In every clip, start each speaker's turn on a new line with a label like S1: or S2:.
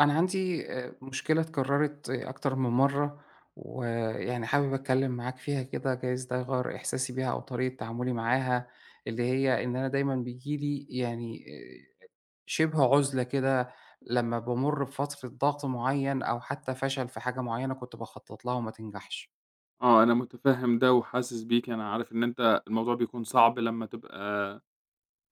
S1: أنا عندي مشكلة اتكررت أكتر من مرّة، ويعني حابب أتكلّم معاك فيها كده. جايز ده يغيّر إحساسي بيها أو طريقة تعاملي معاها، اللي هي إن أنا دايمًا بييجي لي يعني شِبه عُزلة كده لمّا بامُر بفترة ضغط معيّن أو حتى فشل في حاجة معيّنة كنت باخطّط لها وما تنجحش.
S2: آه، أنا متفهم ده وحاسس بيك، أنا عارف إن أنت الموضوع بيكون صعب لمّا تبقى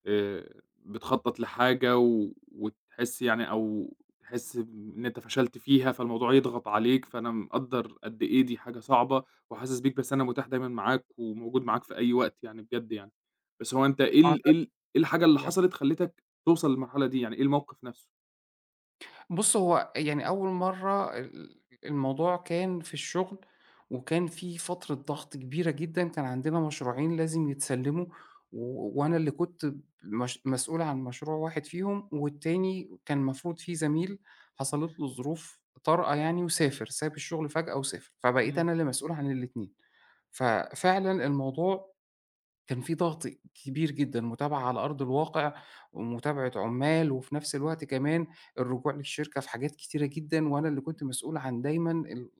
S2: بتخطط لحاجة و وتحس يعني أو تحس إن أنت فشلت فيها، فالموضوع يضغط عليك، فأنا مقدّر قد إيه دي حاجة صعبة وحاسس بيك، بس أنا متاح دايمًا معاك وموجود معاك في أي وقت يعني بجد يعني. بس هو أنت إيه
S1: أه
S2: ال إيه ال إيه الحاجة اللي
S1: ده
S2: حصلت خلّتك توصل للمرحلة دي، يعني إيه الموقف نفسه؟
S1: بُص، هو يعني أول مرّة الموضوع كان في الشغل، وكان في فترة ضغط كبيرة جدًا. كان عندنا مشروعين لازم يتسلّموا، وأنا اللي كنت مش مسؤول عن مشروع واحد فيهم، والتاني كان المفروض في زميل حصلت له ظروف طارئة يعني وسافر. ساب الشغل فجأة وسافر، فبقيت
S2: إمم.
S1: أنا اللي مسؤول عن الاتنين. ففعلًا الموضوع كان في ضغط كبير جدًا، متابعة على أرض الواقع ومتابعة عُمّال وفي نفس الوقت كمان الرجوع للشركة في حاجات كتيرة جدًا، وأنا اللي كنت مسؤول عن دايمًا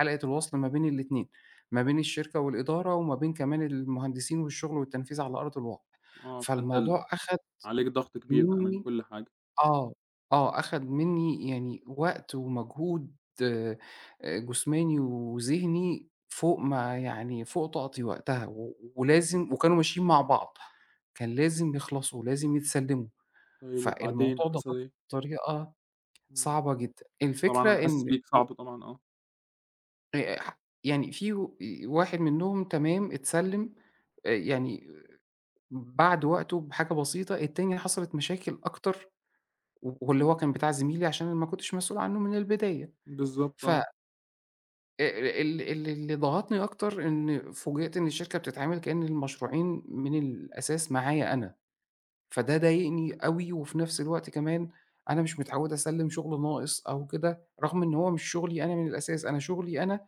S1: حلقة الوصل ما بين الاتنين، ما بين الشركة والإدارة وما بين كمان المهندسين والشغل والتنفيذ على أرض الواقع.
S2: آه، فأنت
S1: فالموضوع أخد
S2: عليك ضغط كبير بقى من
S1: منّي
S2: كل حاجة.
S1: آه، آه، أخَد منّي يعني وقت ومجهود آآ جسماني وذهني فوق ما يعني فوق طاقتي وقتها، و ولازم وكانوا ماشيين مع بعض. كان لازم يخلصوا، لازم يتسلّموا.
S2: طيب وبعدين
S1: فالموضوع
S2: حصل
S1: ضغطني
S2: إيه؟
S1: بطريقة
S2: إمم.
S1: صعبة جدًا.
S2: طبعًا أنا
S1: الفكرة
S2: حاسس
S1: إن
S2: بيك، صعب طبعًا آه،
S1: ح يعني في و آه، واحد منّهم تمام اتسلّم يعني بعد وقته بحاجة بسيطة. التاني حصلت مشاكل أكتر، واللي هو كان بتاع زميلي عشان أنا ما كنتش مسؤول عنّه من البداية.
S2: بالضبط
S1: ف
S2: آه،
S1: ال ال اللي ضغطني أكتر إن فوجئت إن الشركة بتتعامل كأن المشروعين من الأساس معايا أنا. فده ضايقني أوي، وفي نفس الوقت كمان أنا مش متعود أسلِّم شغل ناقص أو كده، رغم إن هو مش شغلي أنا من الأساس. أنا شغلي أنا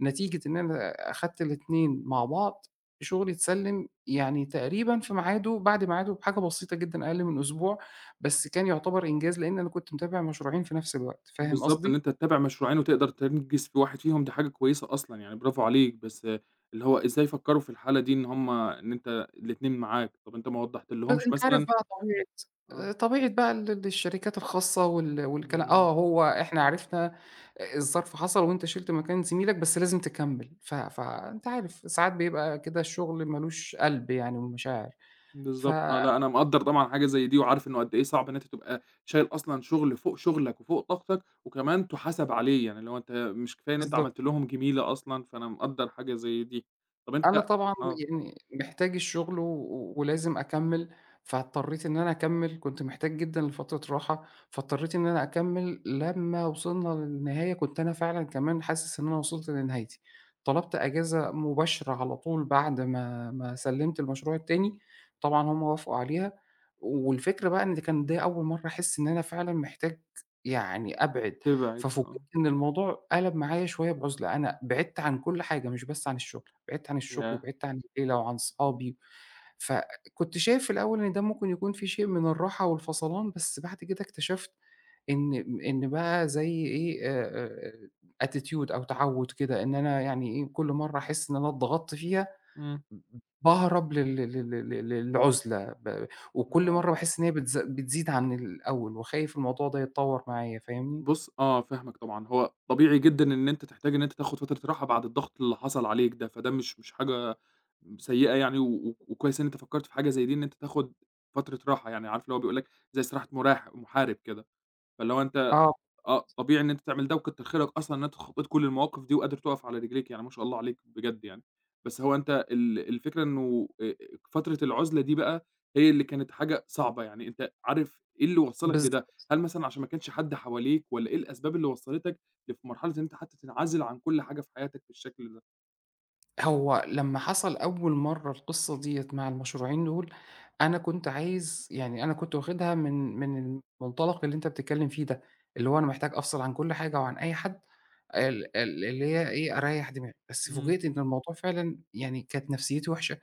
S1: نتيجة إن أنا أخدت الاتنين مع بعض، شغلي اتسلِّم يعني تقريبًا في ميعاده، بعد ميعاده بحاجة بسيطة جدًا أقل من أسبوع، بس كان يعتبر إنجاز لإن أنا كنت متابع مشروعين في نفس الوقت، فاهم
S2: بالضبط إن
S1: قصدي؟
S2: أنت تتابع مشروعين وتقدر تنجز في واحد فيهم دي حاجة كويسة أصلًا يعني برافو عليك، بس اللي هو إزاي فكّروا في الحالة دي إن هُم إن أنت الاتنين معاك، طَب أنت ما
S1: بس
S2: وضّحتلهمش
S1: أنت عارف
S2: مثلًا
S1: بقى طبيعة،
S2: آه،
S1: طبيعة بقى ال ال الشركات الخاصة وال والكلا
S2: إمم،
S1: آه، هو إحنا عرفنا، الظرف حصل وأنت شِلت مكان زميلك بس لازم تكمّل. فأنت عارف ساعات بيبقى كده الشغل ما لوش قلب يعني ومشاعر. ف
S2: بالضبط آه، لأ أنا مقدّر طبعًا حاجة زي دي وعارف إنه قد إيه صعب إن أنت تبقى شايل أصلًا شغل فوق شغلك وفوق طاقتك وكمان تُحاسب عليه، يعني اللي هو أنت مش كفاية إن أنت
S1: بالضبط.
S2: عملت لهم جميلة أصلًا، فأنا مقدّر حاجة زي دي. طَب
S1: أنا
S2: أنت
S1: طبعًا
S2: آه،
S1: يعني محتاج الشغل، ولازم أكمّل، فاضطريت إن أنا أكمّل. كنت محتاج جدًا لفترة راحة، فاضطريت إن أنا أكمّل. لمّا وصلنا للنهاية كنت أنا فعلًا كمان حاسس إن أنا وصلت لنهايتي. طلبت أجازة مباشرة على طول بعد ما سلّمت المشروع التاني. طبعًا هُم وافقوا عليها. والفكرة بقى إن ده أول مرّة أحس إن أنا فعلًا محتاج يعني أبعد.
S2: تبعد
S1: ففوجئت
S2: آه،
S1: إن الموضوع قَلَب معايا شوية بعُزلة. أنا بعدت عن كل حاجة مش بس عن الشغل، بعدت عن الشغل
S2: ياه!
S1: وبعدت عن العيلة وعن صحابي. فكنت شايف في الأول إن ده ممكن يكون فيه شيء من الراحة والفصلان، بس بعد كده اكتشفت إن بقى زي إيه، attitude أو تعوُّد كده، إن أنا يعني إيه كل مرّة أحس إن أنا اتضغطت فيها
S2: إمم.
S1: باهرب لل لل لل للعُزلة، وكل
S2: آه.
S1: مرّة باحس إن هي بتزيد عن الأول، وخايف الموضوع ده يتطوّر معايا، فاهمني؟
S2: بُص آه، فاهمك طبعًا. هو طبيعي جدًا إن أنت تحتاج إن أنت تاخد فترة راحة بعد الضغط اللي حصل عليك ده، فده مش حاجة سيئة يعني و و وكويس إن أنت فكّرت في حاجة زي دي إن أنت تاخد فترة راحة، يعني عارف اللي هو بيقول لك زي استراحة مراح محارب كده، فاللي هو أنت
S1: آه،
S2: آه، طبيعي إن أنت تعمل ده وكتّر خيرك أصلًا إن أنت اتخطّيت كل المواقف دي وقادر تُقف على رجليك، يعني ما شاء الله عليك بجد يعني. بس هو أنت ال الفكرة إنه فترة العُزلة دي بقى هي اللي كانت حاجة صعبة، يعني أنت عارف إيه اللي وصّلك
S1: بالض
S2: لده؟ هل مثلًا عشان ما كانش حد حواليك والّا إيه الأسباب اللي وصّلتك لف في مرحلة إن أنت حتى تنعزل عن كل حاجة في حياتك بالشكل ده؟
S1: هو لمّا حصل أول مرّة القصة ديّة مع المشروعين دول، أنا كنت عايز يعني أنا كنت واخدها من المنطلق اللي أنت بتتكلّم فيه ده، اللي هو أنا محتاج أفصل عن كل حاجة وعن أي حد، ال ال اللي هي إيه، أريّح دماغي. بس
S2: إمم.
S1: فوجئت إن الموضوع فعلًا يعني كانت نفسيّتي وحشة.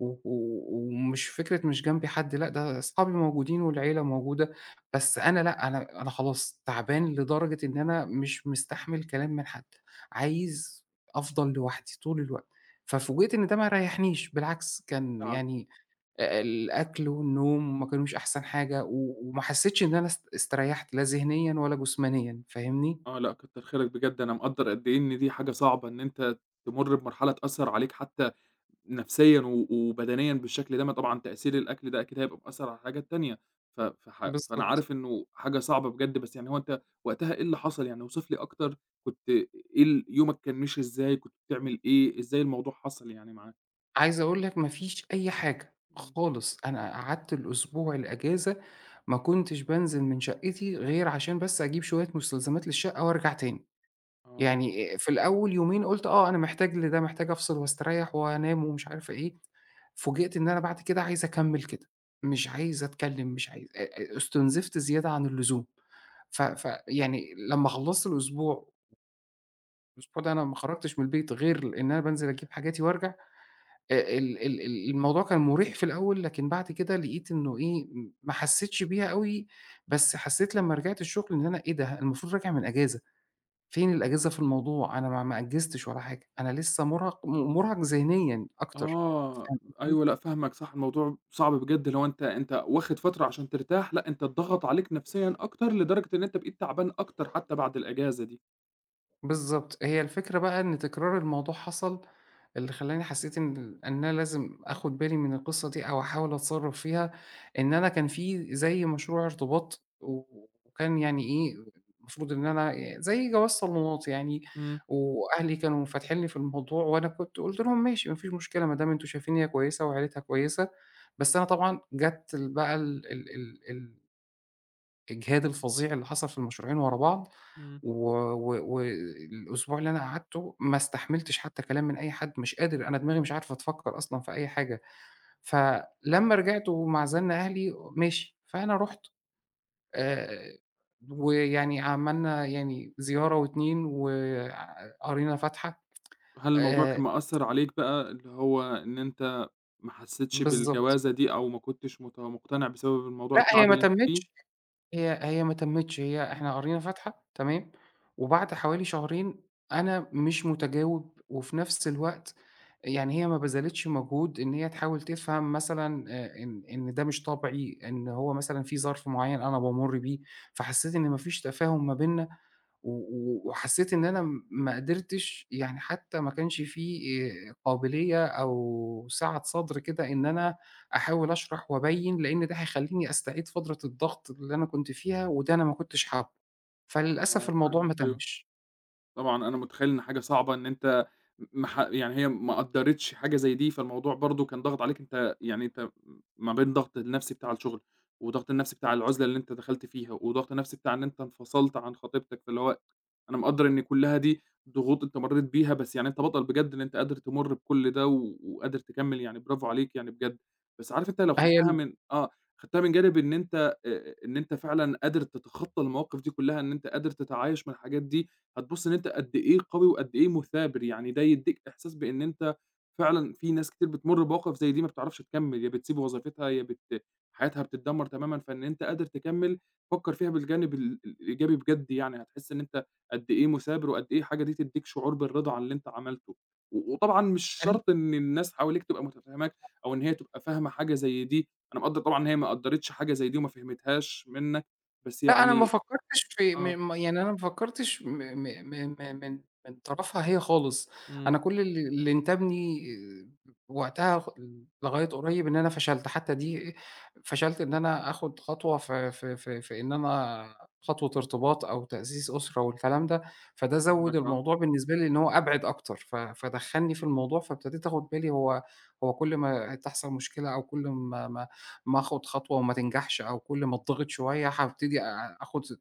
S1: و و ومش فكرة مش جنبي حد، لأ، ده أصحابي موجودين والعيلة موجودة. بس أنا لأ، أنا خلاص تعبان لدرجة إن أنا مش مستحمل كلام من حد، عايز أفضل لوحدي طول الوقت. ففوجئت إن
S2: آه،
S1: ده ما ريحنيش، بالعكس كان
S2: تعب.
S1: يعني الأكل والنوم ما كانوش أحسن حاجة، وما حسيتش إن أنا استريحت لا ذهنيًا ولا جسمانيًا، فاهمني؟
S2: آه، لأ كتّر خيرك بجد، أنا مقدّر قد إيه إن دي حاجة صعبة إن أنت تمُر بمرحلة تأثّر عليك حتى نفسيًا و وبدنيًا بالشكل ده، ما طبعًا تأثير الأكل ده أكيد هيبقى مأثّر على الحاجات تانية، ف فح فأنا
S1: بالضبط.
S2: عارف إنه حاجة صعبة بجد، بس يعني هو أنت وقتها إيه اللي حصل؟ يعني اوصف لي أكتر، كنت إيه ال يومك كان مشي إزاي، كنت بتعمل إيه، إزاي الموضوع حصل يعني معاك؟
S1: عايز أقول لك ما فيش أي حاجة
S2: إمم.
S1: خالص. أنا قعدت الأسبوع الأجازة ما كنتش بانزل من شقتي غير عشان بس أجيب شوية مستلزمات للشقة وأرجع تاني.
S2: آه،
S1: يعني في الأول يومين قُلت آه، أنا محتاج لده، محتاج أفصل وأستريّح وأنام ومش عارفة إيه. فوجئت إن أنا بعد كده عايز أكمّل كده، مش عايز أتكلّم، مش عايز أ أ استنزفت زيادة عن اللزوم. ف ف يعني لمّا خلّصت الأسبوع، الأسبوع ده أنا ما خرجتش من البيت غير إن أنا بانزل أجيب حاجاتي وأرجع. ال ال ال الموضوع كان مُريح في الأول، لكن بعد كده لقيت إنه إيه، ما حسّيتش بيها أوي. بس حسّيت لمّا رجعت الشغل إن أنا إيه ده، المفروض راجع من أجازة، فين الأجازة في الموضوع؟ أنا ما أجّزتش ولا حاجة، أنا لسّه مُرهق، مُرهق ذهنيًا أكتر،
S2: آه،
S1: فاهم قصدي؟
S2: أيوه لأ فاهمك صح، الموضوع صعب بجد، اللي هو أنت أنت واخد فترة عشان ترتاح، لأ أنت اتضغط عليك نفسيًا أكتر، لدرجة إن أنت بقيت تعبان أكتر حتى بعد الأجازة دي،
S1: بالضبط. هي الفكرة بقى إن تكرار الموضوع حصل، اللي خلّاني حسّيت إن أنا لازم آخُد بالي من القصّة دي أو أحاول أتصرّف فيها. إن أنا كان في زي مشروع ارتباط، وكان يعني إيه، المفروض إن أنا زي جواز صالونات يعني.
S2: إمم،
S1: وأهلي كانوا فاتحين لي في الموضوع، وأنا كنت قُلت لهم: "ماشي، ما فيش مشكلة ما دام أنتم شايفين إن هي كويسة وعيلتها كويسة." بس أنا طبعًا جات بقى ال ال ال ال الإجهاد الفظيع اللي حصل في المشروعين ورا بعض.
S2: إمم.
S1: و و والأسبوع اللي أنا قعدته ما استحملتش حتى كلام من أي حد، مش قادر، أنا دماغي مش عارفة تفكّر أصلًا في أي حاجة. فلمّا رجعت ومعزلنا أهلي ماشي، فأنا رُحت، آآ، ويعني عملنا يعني زيارة و2 وقرينا فاتحة.
S2: هل الموضوع كان
S1: آآ،
S2: مأثّر عليك بقى، اللي هو إن أنت ما حسّيتش
S1: بالضبط،
S2: بالجوازة دي أو ما كنتش مقتنع بسبب الموضوع
S1: لأ، هي
S2: التعب
S1: ما
S2: اللي أنت فيه؟
S1: تمِّتش. هي ما تمِّتش، هي
S2: إمم،
S1: إحنا قرينا فاتحة تمام، وبعد حوالي شهرين أنا مش متجاوب. وفي نفس الوقت يعني هي ما بذلِتش مجهود إن هي تحاول تفهم مثلًا إن ده مش طبعي، إن هو مثلًا في ظرف معيّن أنا بامُر بيه. فحسّيت إن ما فيش تفاهم ما بيننا، و و وحسّيت إن أنا، ما قدرتش يعني، حتى ما كانش في قابلية أو سعة صدر كده إن أنا أحاول أشرح وأبيّن، لإن ده هيخلّيني أستعيد فترة الضغط اللي أنا كنت فيها، وده أنا ما كنتش حابّه. فللأسف
S2: آه
S1: الموضوع
S2: فاهمك
S1: ما
S2: أيوه،
S1: تمِّش.
S2: طبعًا أنا متخيّل إن حاجة صعبة إن أنت م مح يعني هي ما قدّرتش حاجة زي دي، فالموضوع برضه كان ضاغط عليك أنت يعني أنت ما بين الضغط النفسي بتاع الشغل، والضغط النفسي بتاع العُزلة اللي أنت دخلت فيها، والضغط النفسي بتاع إن أنت انفصلت عن خطيبتك، فاللي هو أنا مقدّر إن كلّها دي ضغوط أنت مرّيت بيها، بس يعني أنت بطل بجد إن أنت قادر تمُر بكل ده و وقادر تكمّل، يعني برافو عليك يعني بجد. بس عارف أنت لو
S1: هي
S2: خدتها من آه، خدتها من جانب إن أنت فعلًا قادر تتخطّى المواقف دي كلّها، إن أنت قادر تتعايش مع الحاجات دي، هتبُص إن أنت قد إيه قوي وقد إيه مثابر، يعني ده يدّيك إحساس بإن أنت فعلًا في ناس كتير بتمُر بمواقف زي دي ما بتعرفش تكمّل، يا بتسيب وظيفتها، يا بت حياتها بتتدمّر تمامًا، فإن أنت قادر تكمّل، فكّر فيها بالجانب ال الإيجابي بجد يعني، هتحس إن أنت قد إيه مثابر وقد إيه الحاجة دي تدّيك شعور بالرضا عن اللي أنت عملته، و وطبعًا مش
S1: ال
S2: شرط إن الناس حواليك تبقى متفهّماك أو إن هي تبقى فاهمة حاجة زي دي، أنا مقدّر طبعًا إن هي ما قدّرتش حاجة زي دي وما فهمتهاش منّك، بس
S1: لأ، أنا ما
S2: يعني
S1: فكّرتش في
S2: آه،
S1: م م يعني أنا ما فكّرتش م م م م من من طرفها هي خالص.
S2: إمم،
S1: أنا كل اللي انتابني وقتها لغاية قريب إن أنا فشلت، حتى دي فشلت إن أنا آخُد خطوة في في في في إن أنا خطوة ارتباط أو تأسيس أسرة والكلام ده. فده زوّد
S2: فاهمك آه،
S1: الموضوع بالنسبة لي إن هو أبعِد أكتر. فدخّلني في الموضوع، فابتديت آخُد بالي. هو كل ما تحصل مشكلة أو كل ما ما آخُد خطوة وما تنجحش أو كل ما اتضغط شوية هابتدي آخُد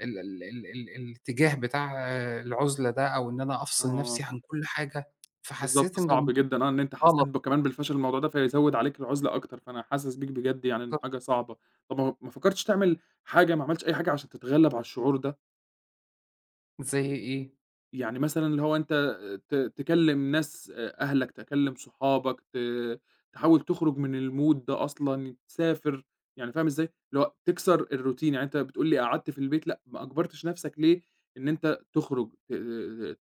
S1: ال ال ال ال الاتجاه بتاع آه، العُزلة ده، أو إن أنا أفصِل نَفْسي
S2: آه،
S1: عن كل حاجة. فحسّيت
S2: بالضبط
S1: إن
S2: صعب
S1: الموضوع
S2: جدًا آه، إن أنت حسّيت
S1: غلط.
S2: كمان بالفشل الموضوع ده فيزوّد عليك العُزلة أكتر، فأنا حاسس بيك بجد يعني إنه حاجة صعبة، طَب ما فكّرتش تعمل حاجة ما عملتش أي حاجة عشان تتغلّب على الشعور ده؟
S1: زي إيه؟
S2: يعني مثلًا اللي هو أنت تكلّم ناس أهلك، تكلّم صحابك، تحاول تخرج من الmood ده أصلًا، تسافر، يعني فاهم إزاي؟ اللي هو تكسر الroutine، يعني أنت بتقول لي قعدت في البيت لأ، ما أجبرتش نَفْسك ليه إن أنت تخرج،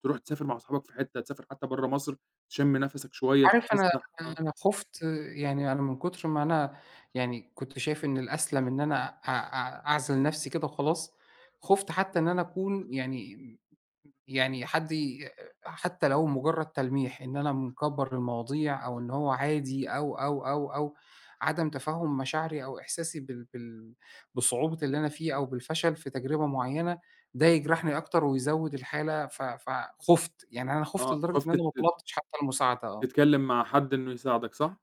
S2: تروح تسافر مع صحابك في حتّة، تسافر حتى برّه مصر، تشم نَفَسك شوية،
S1: عارف أنا
S2: تتفسّح، آه،
S1: أنا خُفت، يعني أنا من كتر ما أنا يعني كنت شايف إن الأسلم إن أنا أ أ أعزل نَفْسي كده وخلاص. خُفت حتّى إن أنا أكون يعني، يعني حد حتى لو مجرد تلميح إن أنا مكبّر المواضيع أو إن هو عادي أو، عدم تفهُّم مشاعري أو إحساسي بال بال بصعوبة اللي أنا فيه أو بالفشل في تجربة معيّنة، ده يجرحني أكتر ويزوّد الحالة. فخُفت، يعني أنا خُفت
S2: آه،
S1: لدرجة إن
S2: خُفت
S1: أنا ما طلبتش حتى المساعدة.
S2: تتكلّم مع حد إنه يساعدك، صح؟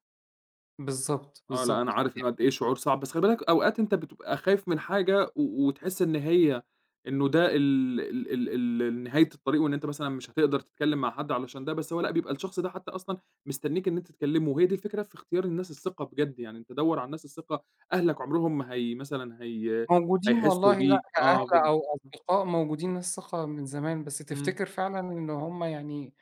S1: بالضبط،
S2: آه، لأ أنا
S1: بالضبط،
S2: عارف إنه
S1: يعني
S2: قد إيه شعور صعب، بس خلي بالك أوقات أنت بتبقى خايف من حاجة و وتحس إن هي إنه ده ال نهاية الطريق وإن أنت مثلًا مش هتقدر تتكلّم مع حد علشان ده، بس هو لأ بيبقى الشخص ده حتى أصلًا مستنّيك إن أنت تكلّمه، وهي دي الفكرة في اختيار الناس الثقة بجد يعني، أنت دَوّر على الناس الثقة، أهلك عمرهم ما هي
S1: موجودين والله،
S2: هيحسّوا
S1: لأ،
S2: بيك آه
S1: كأهل أو أصدقاء موجودين ناس ثقة من زمان. بس
S2: إمم.
S1: تفتكر فعلًا إن هم يعني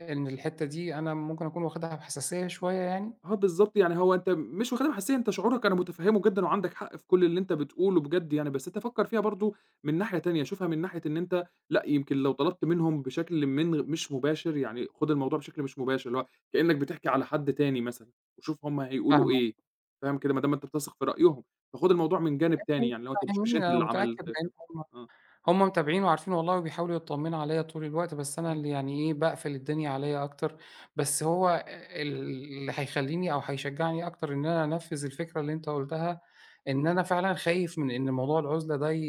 S1: إن الحتّة دي أنا ممكن أكون واخدها بحساسية شوية يعني؟
S2: آه بالضبط، يعني هو أنت مش واخدها حسيًا أنت شعورك أنا متفهّمه جدًا وعندك حق في كل اللي أنت بتقوله بجد يعني، بس أنت فكّر فيها برضه من ناحية تانية، شوفها من ناحية إن أنت لأ، يمكن لو طلبت منهم بشكل مش مباشر، يعني خُد الموضوع بشكل مش مباشر، اللي هو كإنّك بتحكي على حد تاني مثلًا، وشوف هُم هيقولوا
S1: فاهمة،
S2: إيه، فاهم كده؟ ما دام أنت بتثق في رأيهم، فخُد الموضوع من جانب تاني، يعني اللي هو أنت مش
S1: فاهمين،
S2: أنت
S1: أنا
S2: اللي
S1: متأكد
S2: عملت
S1: لإن
S2: كده،
S1: هُم،
S2: آه.
S1: متابعين وعارفين والله، وبيحاولوا يطمنوا عليَّ طول الوقت. بس أنا اللي
S2: إمم.
S1: يعني إيه باقفل الدنيا عليَّ أكتر. بس هو اللي هيخلّيني أو هيشجعني أكتر إن أنا أنفّذ الفكرة اللي أنت قُلتها، إن أنا فعلًا خايف من إن موضوع العُزلة ده ي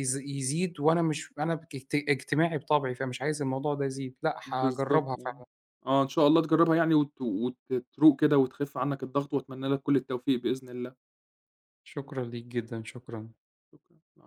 S1: يز يزيد وأنا مش، أنا بك اجت اجتماعي بطبعي، فمش عايز الموضوع ده يزيد، لأ،
S2: بالضبط
S1: هاجرّبها
S2: آه.
S1: فعلًا.
S2: آه، إن شاء الله تجرّبها يعني وت وت تروق كده وتخِف عنّك الضغط وأتمنى لك كل التوفيق بإذن الله.
S1: شكرًا ليك جدًا، شكرًا.
S2: شكرًا، العفو.